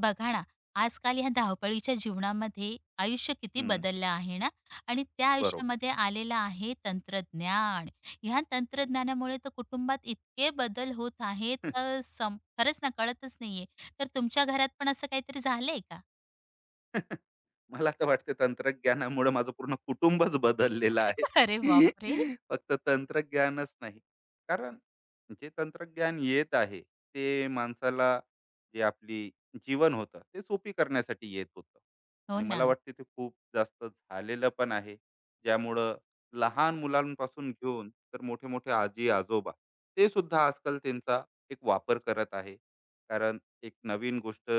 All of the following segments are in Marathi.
बघा ना, आजकाल ह्या धावपळीच्या जीवनामध्ये आयुष्य किती हं, बदललं आहे ना आणि त्या बरोबर. आयुष्यामध्ये आलेलं आहे तंत्रज्ञान. ह्या हो. तंत्रज्ञानामुळे तर कुटुंबात इतके बदल होत आहेत का सम खरंच ना कळतच नाहीये. तर तुमच्या घरात पण असं काहीतरी झालंय का? मला तर वाटते तंत्रज्ञानामुळे माझं पूर्ण कुटुंबच बदललेलं आहे. अरे बापरे! फक्त तंत्रज्ञानच नाही. कारण जे तंत्रज्ञान येत आहे, ते माणसाला जे आपली जीवन होतं, ते सोपी करण्यासाठी येत होतं. हो आणि ना, मला वाटते ते खूप जास्त झालेलं पण आहे. ज्यामुळं लहान मुलांपासून घेऊन तर मोठे-मोठे आजी-आजोबा, ते सुद्धा आजकाल त्यांचा एक वापर करत आहे. कारण एक नवीन गोष्ट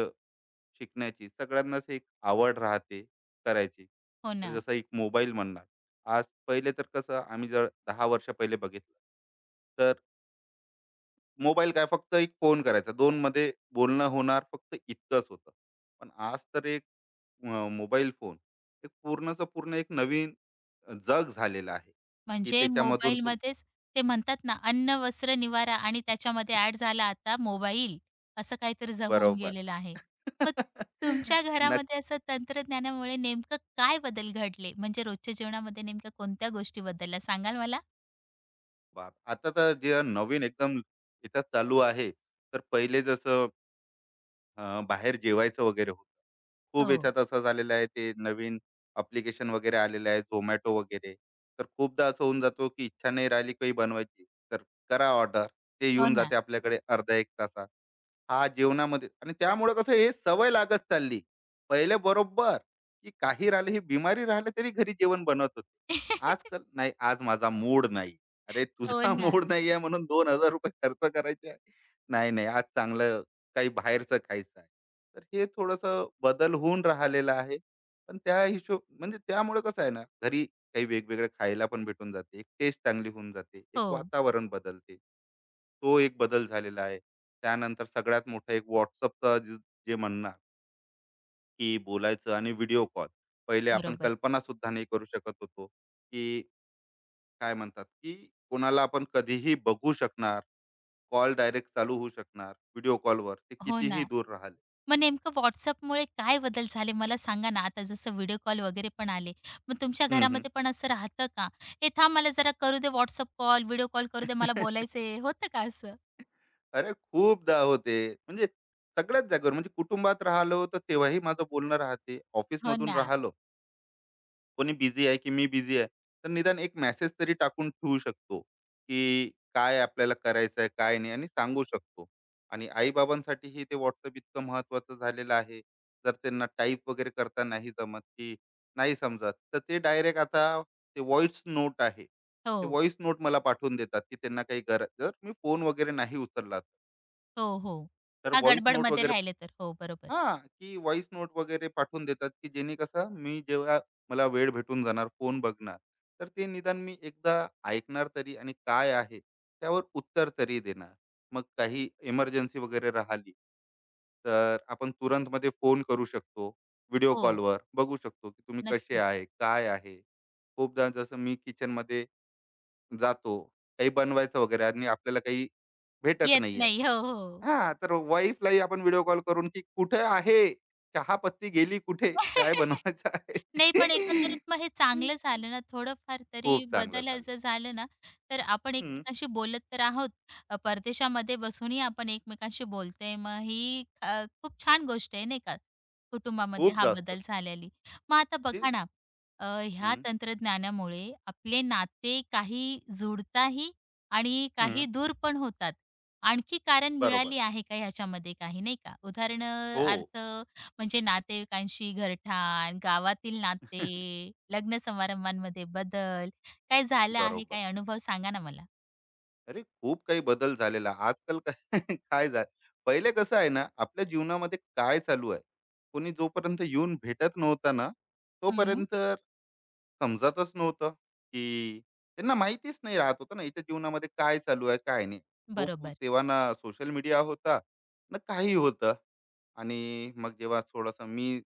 शिकण्याची सगळ्यांनाच एक आवड राहते करायची, हो तर ना. जसं एक मोबाईल म्हणणार. आज पहिले तर कसं, आम्ही जर दहा वर्ष पहिले बघितलं, तर मोबाईल काय फक्त एक फोन करायचा, दोन मध्ये बोलणं होणार, फक्त इतकंच होतं. पण आज तर एक मोबाईल फोन एक पूर्णचं पूर्ण एक नवीन जग झालेलं आहे, की म्हणजे त्याच्यामधून तुम. मोबाईलमध्येच ते म्हणतात ना, अन्न, वस्त्र, निवारा आणि त्याच्यामध्ये ॲड झाला आता मोबाईल, असं काहीतरी ज होऊन बरोबर. गेलेलं आहे. मग तुमच्या नक्की घरामध्ये असं तंत्रज्ञानामुळे नेमकं काय बदल घडले? म्हणजे रोजच्या जीवनामध्ये नेमक्या कोणत्या गोष्टी बदलल्या सांगाल मला? बाप. आता तर जे नवीन एकदम इथं चालू आहे, तर पहिले जसं बाहेर जेवायचं वगैरे होतं. खूप हो. याच्यात असं झालेलं आहे, ते नवीन अप्लिकेशन वगैरे आलेलं आहे, Zomato वगैरे. तर खूपदा असं होऊन जातो, की इच्छा नाही राहिली काही बनवायची, तर करा ऑर्डर. ते हो येऊन ना. जाते आपल्याकडे अर्धा 1 तासात. हा, जेवणामध्ये, आणि त्यामुळे कसं हे सवय लागत चालली. पहिले बरोबर, की काही राहिले, ही बिमारी राहिले, तरी घरी जेवण बनवत होते. आजकाल नाही, आज माझा मूड नाही. अरे हो तुझा ना. मूड नाही आहे म्हणून ₹2000 खर्च करायचे आहे. नाही, नाही, आज चांगलं काही बाहेरचं खायचं आहे. तर हे थोडंसं बदल होऊन राहिलेलं आहे. पण त्या हिशोब, म्हणजे त्यामुळे कसं आहे ना, घरी काही वेगवेगळं खायला पण भेटून जाते, एक टेस्ट चांगली होऊन जाते, एक हो. वातावरण बदलते, तो एक बदल झालेला आहे. त्यानंतर सगळ्यात मोठा एक व्हॉट्सअपचा, जे जे म्हणणार, की बोलायचं आणि व्हिडिओ कॉल. पहिले आपण बरोबर. कल्पना सुद्धा नाही करू शकत होतो, की काय म्हणतात, की कोणाला आपण कधीही बघू शकणार, कॉल डायरेक्ट चालू होऊ शकणार व्हिडिओ कॉलवर, ते हो कितीही ना. दूर राहिले. मग नेमकं WhatsAppमुळे काय बदल झाले मला सांगा ना? आता जसं व्हिडिओ कॉल वगैरे पण आले. मग तुमच्या हम्म, हम्म. घरामध्ये पण असं राहतं का? "ए थांब मला जरा करू दे WhatsApp कॉल, व्हिडिओ कॉल करू दे मला बोलायचंय." होतं का असं? अरे खूपदा होते. म्हणजे सगळ्याच जागेवर, म्हणजे कुटुंबात राहिलो तर तेव्हाही माझं बोलणं राहते. हो ऑफिसमधून ना. राहिलो, कोणी बिझी आहे की मी बिझी आहे. तर निदान एक मेसेज तरी टाकून ठेवू शकतो, की काय आपल्याला करायचं आहे, काय नाही, आणि सांगू शकतो. आणि आई ते WhatsApp इतकं महत्त्वाचं झालेलं आहे. जर त्यांना टाइप वगैरे करता नाही जमत, की नाही समजत, तर ते डायरेक्ट आता ते व्हॉइस नोट आहे. ते हो. व्हॉइस नोट मला पाठवून देतात, की त्यांना काही गरज, जर मी फोन वगैरे नाही उचलला तर. हो, हो. तर हां, व्हॉइस नोट गडबडमध्ये वगैरे राहिले तर. हो, बरोबर. हां, की व्हॉइस नोट वगैरे पाठवून देतात, की जेणे कसं, मी जेव्हा मला वेळ भेटून जाणार, फोन बघणार, तर ते निदान मी एकदा ऐकणार तरी, आणि काय आहे, त्यावर उत्तर तरी देणार. मग काही इमर्जन्सी वगैरे राहिली, तर आपण तुरंतमध्ये फोन करू शकतो. व्हिडिओ हो, कॉलवर बघू शकतो, की तुम्ही कसे नक्कीच. आहे, काय आहे. खूपदा जसं मी किचनमध्ये जातो, काही बनवायचं वगैरे, आणि आपल्याला काही भेटत येत नाहीये, नाही. हो, हो. हां, तर वाईफलाही आपण व्हिडिओ कॉल करून, की "कुठे आहे? चहा पत्ती गेली कुठे? चाय बनवायचा नाही, आहे." पण एकंदरीत मग हे चांगलं झालं ना, थोडंफार तरी खूप चांगलं बदल झालं. जर झालं ना, तर आपण हं, एकमेकांशी बोलत तर आहोत. परदेशामध्ये बसूनही आपण एकमेकांशी बोलतोय. मग ही खूप छान गोष्ट आहे, नाही का? कुटुंबामध्ये खूप हा जास्त. बदल झालेली. मग आता बघा तेच. ना, अ, ह्या हं, तंत्रज्ञानामुळे आपले नाते काही जुळताही आणि काही हं. दूर पण होतात. आणखी कारण बरोबर. मिळाली आहे का ह्याच्यामध्ये काही, नाही का? हो. उदाहरणार्थ म्हणजे नातेवाईकांशी घरठाण, गावातील नाते, लग्न समारंभांमध्ये बदल, काय झालं आहे? बरोबर. काय अनुभव सांगा ना मला? अरे खूप काही बदल झालेला आहे. आजकाल काय काय झालं, पहिले कसं आहे ना, आपल्या जीवनामध्ये काय चालू आहे, कोणी जोपर्यंत येऊन भेटत नव्हता ना, हं, तोपर्यंत समजतच नव्हतं, की त्यांना माहितीच नाही राहत होतं ना, याच्या जीवनामध्ये काय चालू आहे, काय नाही. बरोबर. तेव्हा ना सोशल मीडिया होता, ना काही होतं. आणि मग जेव्हा थोडंसं मी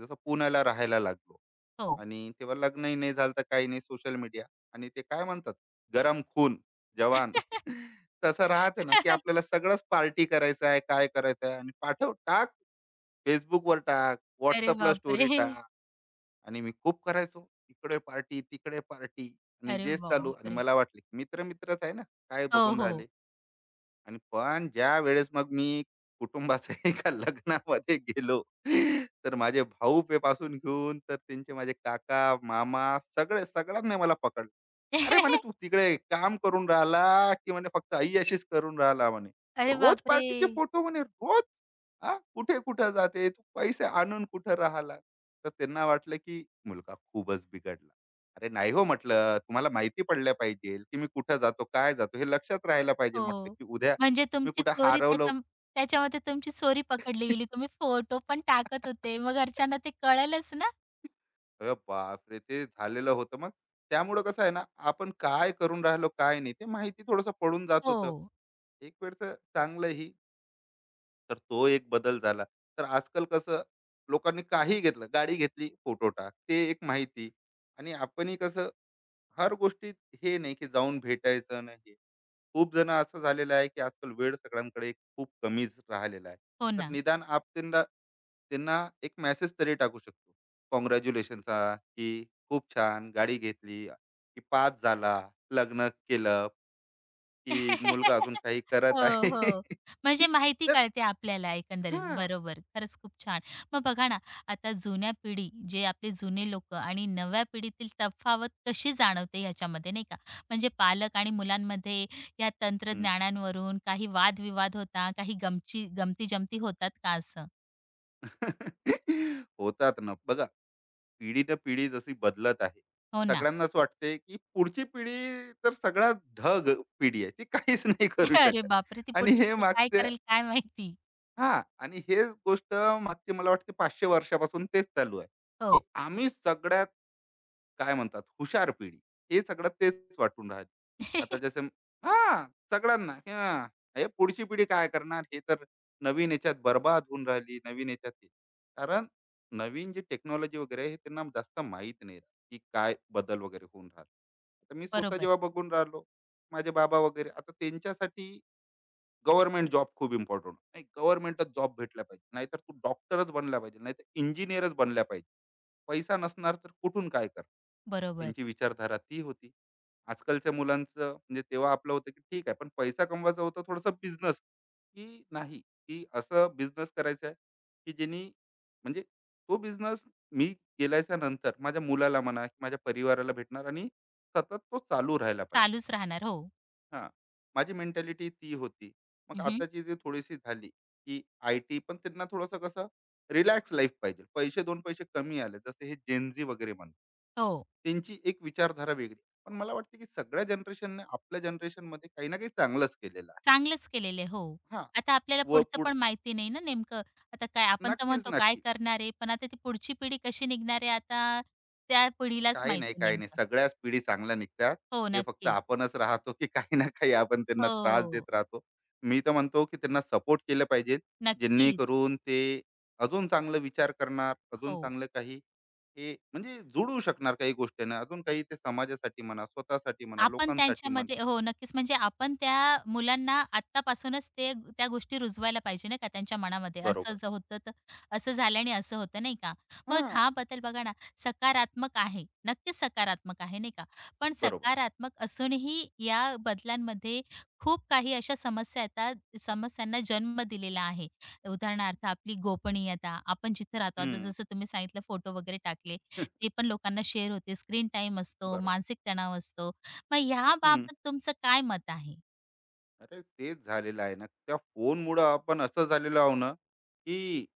जसं पुण्याला राहायला लागलो, हो. आणि तेव्हा लग्नही नाही झालं, तर काही नाही सोशल मीडिया, आणि ते काय म्हणतात, गरम खून जवान. तसं राहते ना, की आपल्याला सगळंच पार्टी करायचं आहे, काय करायचं आहे, आणि पाठव टाक, फेसबुकवर टाक, अरे व्हॉट्सअपला बापरे! स्टोरी टाक. आणि मी खूप करायचो इकडे पार्टी, तिकडे पार्टी, आणि अरे जेच चालू, आणि बापरे! मला वाटले मित्र मित्रच आहे ना, काय हो, बघून हो. राहिले. आणि पण ज्या वेळेस मग मी कुटुंबाच्या एका लग्नामध्ये गेलो, तर माझे भाऊ पासून घेऊन तर त्यांचे, माझे काका, मामा सगळे, सगळ्यांनी मला पकडलं. "अरे!" म्हणे, "तू तिकडे काम करून राहिला की म्हणे फक्त अय्याशीच करून राहिला?" म्हणे. अरे "रोज बापरे! पार्टीचे फोटो म्हणे, रोज. हां, कुठे-कुठे जाते, तू पैसे आणून कुठं राहिला?" तर त्यांना वाटलं की मुलगा खूपच बिघडला. "अरे नाही हो," म्हटलं, "तुम्हाला माहिती पडल्या पाहिजे की मी कुठं जातो, काय जातो, हे लक्षात राहायला पाहिजे," म्हटलं, हो. "की उद्या म्हणजे मी तुमची कुठे चोरी हरवलं." त्याच्या त्याच्यामध्ये तुमची चोरी पकडली गेली. तुम्ही फोटो पण टाकत होते. मग घरच्यांना ते कळेलच ना? अरे बापरे! ते झालेलं होतं मग. त्यामुळं कसं आहे ना, आपण काय करून राहिलो, काय नाही, ते माहिती थोडंसं पडून जात हो. होतं. एक वेळचं चांगलंही, तर तो एक बदल झाला. तर आजकाल कसं, लोकांनी काही घेतलं, गाडी घेतली, फोटो टाक. ते एक माहिती. आणि आपणही कसं, हर गोष्टीत, हे नाही की जाऊन भेटायचं नाही. खूप जण असं झालेलं आहे, की आजकाल वेळ सगळ्यांकडे खूप कमीच राहिलेला आहे. हो तर ना. निदान आपण त्यांना त्यांना एक मेसेज तरी टाकू शकतो, कॉंग्रॅच्युलेशनचा, की खूप छान गाडी घेतली, की पास झाला, लग्न केलं, की मुलगा अजून काही हो, करत आहे. हो. म्हणजे माहिती तर कळते आपल्याला एकंदरीत. हा. बरोबर. खरंच खूप छान. मग बघा ना, आता जुन्या पिढी, जे आपले जुने लोकं आणि नव्या पिढीतील तफावत कशी जाणवते ह्याच्यामध्ये, नाही का? म्हणजे पालक आणि मुलांमध्ये या हम्म. तंत्रज्ञानांवरून काही वादविवाद होता, काही गमती-जमती होतात का असं? होतात ना बघा. पिढी न पिढी जशी बदलत आहे, हो ना. सगळ्यांनाच वाटते, की पुढची पिढी तर सगळ्यात ढग पिढी आहे. ती काहीच नाही करू अरे शकत. बापरे! ती आणि पुढची हे पिढी काय मागच्या करेल काय माहिती? हां. आणि हेच गोष्ट मागची मला वाटते 500 वर्षापासून तेच चालू आहे, की हो. आम्ही सगळ्यात काय म्हणतात हुशार पिढी. हे सगळं तेच वाटून राहिले. आता जसं हां, सगळ्यांना हां, हे पुढची पिढी काय करणार? हे तर नवीन याच्यात बरबाद होऊन राहिली, नवीन याच्यात हे. कारण नवीन जी टेक्नॉलॉजी वगैरे आहे, हे त्यांना जास्त माहीत नाही राहत, की काय बदल वगैरे होऊन राहिला. तर मी स्वतः बरोबर, जेव्हा बघून राहिलो, माझे बाबा वगैरे, आता त्यांच्यासाठी गव्हर्नमेंट जॉब खूप इम्पॉर्टंट, नाही गव्हर्नमेंटच जॉब भेटला पाहिजे, नाहीतर तू डॉक्टरच बनला पाहिजे, नाहीतर इंजिनियरच बनला पाहिजे. पैसा नसणार तर कुठून काय कर, बरोबर. त्यांची विचारधारा ती होती. आजकालच्या मुलांचं, म्हणजे तेव्हा आपलं होतं की ठीक आहे, पण पैसा कमवायचा होता, थोडासा बिझनेस, की नाही की असं बिझनेस करायचा आहे, की ज्यांनी, म्हणजे तो बिझनेस मी केल्याच्या नंतर माझ्या मुलाला म्हणा, माझ्या परिवाराला भेटणार, आणि सतत तो चालू राहायला पाहिजे. चालूच राहणार. हो. हा, माझी मेंटॅलिटी ती होती. मग हं, आताची जी थोडीशी झाली, की आय टी, पण त्यांना थोडंसं कसं रिलॅक्स लाईफ पाहिजे, पैसे दोन पैसे कमी आले, जसे हे जेनझी वगैरे म्हणून, हो. त्यांची एक विचारधारा वेगळी. पण मला वाटते की सगळ्या जनरेशनने आपल्या जनरेशनमध्ये काही ना काही चांगलंच केलेलं आहे. चांगलंच केलेलं आहे. हो. हा. आता आपल्याला व पुढचं पुढ पण माहिती नाही ना नेमकं. आता काय आपण तर नक्कीच, म्हणतो काय नक्की. करणार आहे, पण आता ती पुढची पिढी कशी निघणार आहे आता त्या पिढीलाच काही नाही, माहिती काही नाही. नेमकं. सगळ्याच पिढी चांगल्या निघतात. हो, हे फक्त नक्कीच. आपणच राहतो, की काही ना काही आपण त्यांना त्रास हो, देत राहतो. मी तर म्हणतो, की त्यांना सपोर्ट केलं पाहिजे, नक्कीच. जेणेकरून ते अजून चांगला विचार करणार, अजून हो. चांगलं काही, हे म्हणजे जुळवू शकणार काही गोष्टींना. अजून काही ते समाजासाठी म्हणा, स्वतःसाठी म्हणा, आपण लोकांसाठी म्हणा. त्यांच्यामध्ये हो, नक्कीच. म्हणजे आपण त्या मुलांना आत्तापासूनच ते त्या गोष्टी रुजवायला पाहिजे नाही का त्यांच्या मनामध्ये. असं बरोबर. जर होतं तर असं झाल्याने असं होतं नाही का. मग हां, हा बदल बघा ना सकारात्मक आहे. नक्कीच सकारात्मक आहे नाही का. पण बरोबर. सकारात्मक असूनही या बदलांमध्ये खूप काही अशा समस्या येतात, समस्यांना जन्म दिलेला आहे. उदाहरणार्थ आपली गोपनीयता. आपण जिथं राहतो आता हं. जसं तुम्ही सांगितलं फोटो वगैरे टाकले, ते पण लोकांना शेअर होते. स्क्रीन टाईम असतो, बरोबर. मानसिक तणाव असतो. मग हं. ह्याबाबत तुमचं काय मत आहे? अरे, तेच झालेलं आहे ना. त्या फोनमुळं आपण असं झालेलो आहो ना, की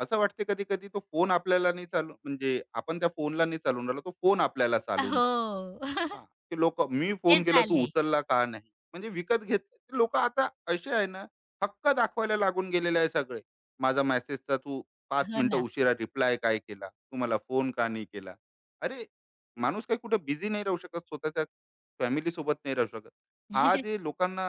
असं वाटते कधी कधी, तो फोन आपल्याला नाही चालू, म्हणजे आपण त्या फोनला नाही चालून राहिलो, तो फोन आपल्याला चालून हो. राहिला. हां, ते लोकं, मी ते फोन केला तू झाले. उचलला का नाही? म्हणजे विकत घेत ते लोकं आता, असे आहे ना, हक्क दाखवायला लागून गेलेले आहे सगळे. माझा मेसेजचा तू 5 हो मिनिटं ना. उशिरा रिप्लाय काय केला? तू मला फोन का नाही केला? अरे, माणूस काही कुठे बिझी नाही राहू शकत, स्वतःच्या फॅमिलीसोबत नाही राहू शकत. हा, जे लोकांना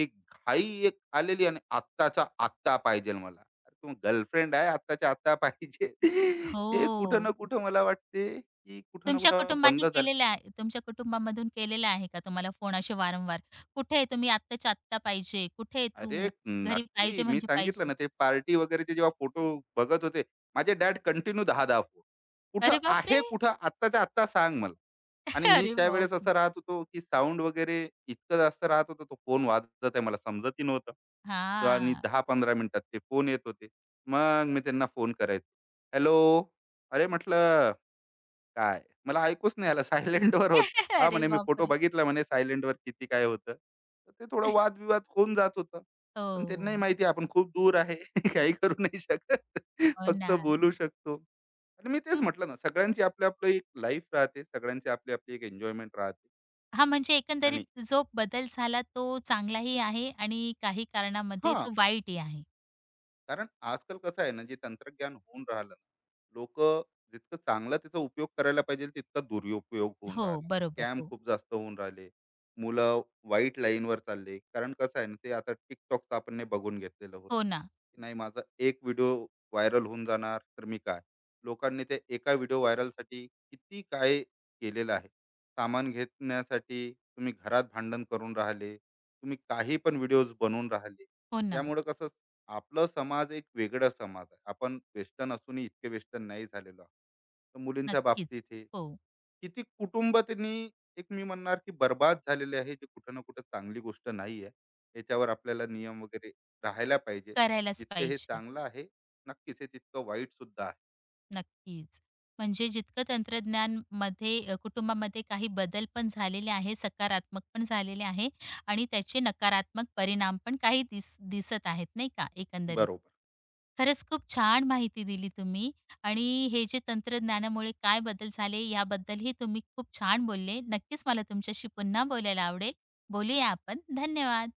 एक घाई एक आलेली, आणि आत्ताचा आत्ता पाहिजेल मला. अरे, तू गर्लफ्रेंड आहे, आत्ताच्या आत्ता पाहिजे. हे कुठं हो. ना कुठं मला वाटते, की कुठं ना कुठं बंद झालं. तुमच्या कुटुंबामधून केलेलं आहे का तुम्हाला फोन असे वारंवार? "कुठे आहे तुम्ही? आत्ताच्या आत्ता पाहिजे. कुठे आहे अरे तू? घरी पाहिजे नक्की. मी म्हणजे सांगितलं ना, पाहिजेच." ते पार्टी वगैरेचे जेव्हा फोटो बघत होते, माझे डॅड कंटिन्यू 10 फोन. कुठं अरे बापरे! आहे कुठं? आत्ताच्या आत्ता सांग मला. आणि मी अरे त्यावेळेस असं बापरे! राहत होतो, की साउंड वगैरे इतकं जास्त राहत होतं. तो फोन वाजत आहे मला समजतही नव्हतं. तर आणि हां. 10-15 मिनिटात ते फोन येत होते. मग मी त्यांना फोन करायचो. हॅलो, अरे म्हटलं काय? मला ऐकूच नाही आलं. सायलेंटवर होतं. हां, अरे म्हणे मी फोटो बापरे! बघितला, म्हणे सायलेंटवर, किती काय होतं. तर ते थोडं वादविवाद होऊन जात होतं. पण त्यांनाही हो. माहिती, आपण खूप दूर आहे. काही करू नाही शकत. हो फक्त ना. बोलू शकतो. आणि मी तेच हं, म्हटलं ना, सगळ्यांची आपली-आपली एक लाईफ राहते. सगळ्यांची आपली-आपली एक एन्जॉयमेंट राहते. हां, म्हणजे आणि एकंदरीत जो बदल झाला तो चांगलाही आहे आणि काही कारणामध्ये हां, तो वाईटही आहे. कारण आजकाल कसं आहे ना, जे तंत्रज्ञान होऊन राहिलं ना, लोक जितकं चांगला त्याचा उपयोग करायला पाहिजे, तितका दुरुपयोग होऊन हो, राहिला. बरोबर. स्कॅम हो. खूप जास्त होऊन राहिले. मुलं वाईट लाईनवर चालले, कारण कसं आहे ना, ते आता टिकटॉकचं आपण ने बघून घेतलेलं होतं हो ना, की नाही, माझा एक व्हिडिओ व्हायरल होऊन जाणार, तर मी काय. लोकांनी ते एका व्हिडिओ व्हायरलसाठी किती काय केलेलं आहे, सामान घेण्यासाठी तुम्ही घरात भांडण करून राहिले, तुम्ही काही पण व्हिडिओज बनवून राहिले. हो ना. त्यामुळे कसं, आपलं समाज एक वेगळा समाज आहे, आपण वेस्टर्न असूनही इतके वेस्टर्न नाही झालेलो आहोत. तर मुलींच्या नक्कीच. बाबतीत हे, हो, किती कुटुंब त्यांनी, एक मी म्हणणार की बर्बाद झालेले आहे, जे कुठं ना कुठं चांगली गोष्ट नाही आहे. याच्यावर आपल्याला नियम वगैरे राहायला पाहिजे. करायलाच जितकं हे पाहिजे. चांगलं आहे, नक्कीच हे तितकं वाईट सुद्धा आहे. नक्कीच. म्हणजे जितकं तंत्रज्ञानमध्ये कुटुंबामध्ये काही बदल पण झालेले आहे, सकारात्मक पण झालेले आहे आणि त्याचे नकारात्मक परिणाम पण काही दिसत आहेत, नाही का, एकंदरीत. बरोबर. खरंच खूप छान माहिती दिली तुम्ही आणि हे जे तंत्रज्ञानामुळे काय बदल झाले, याबद्दलही तुम्ही खूप छान बोलले. नक्कीच मला तुमच्याशी पुन्हा बोलायला आवडेल. बोलूया आपण. धन्यवाद.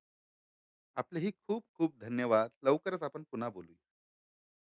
आपले ही खूप खूप धन्यवाद. लवकरच आपण पुन्हा बोलू.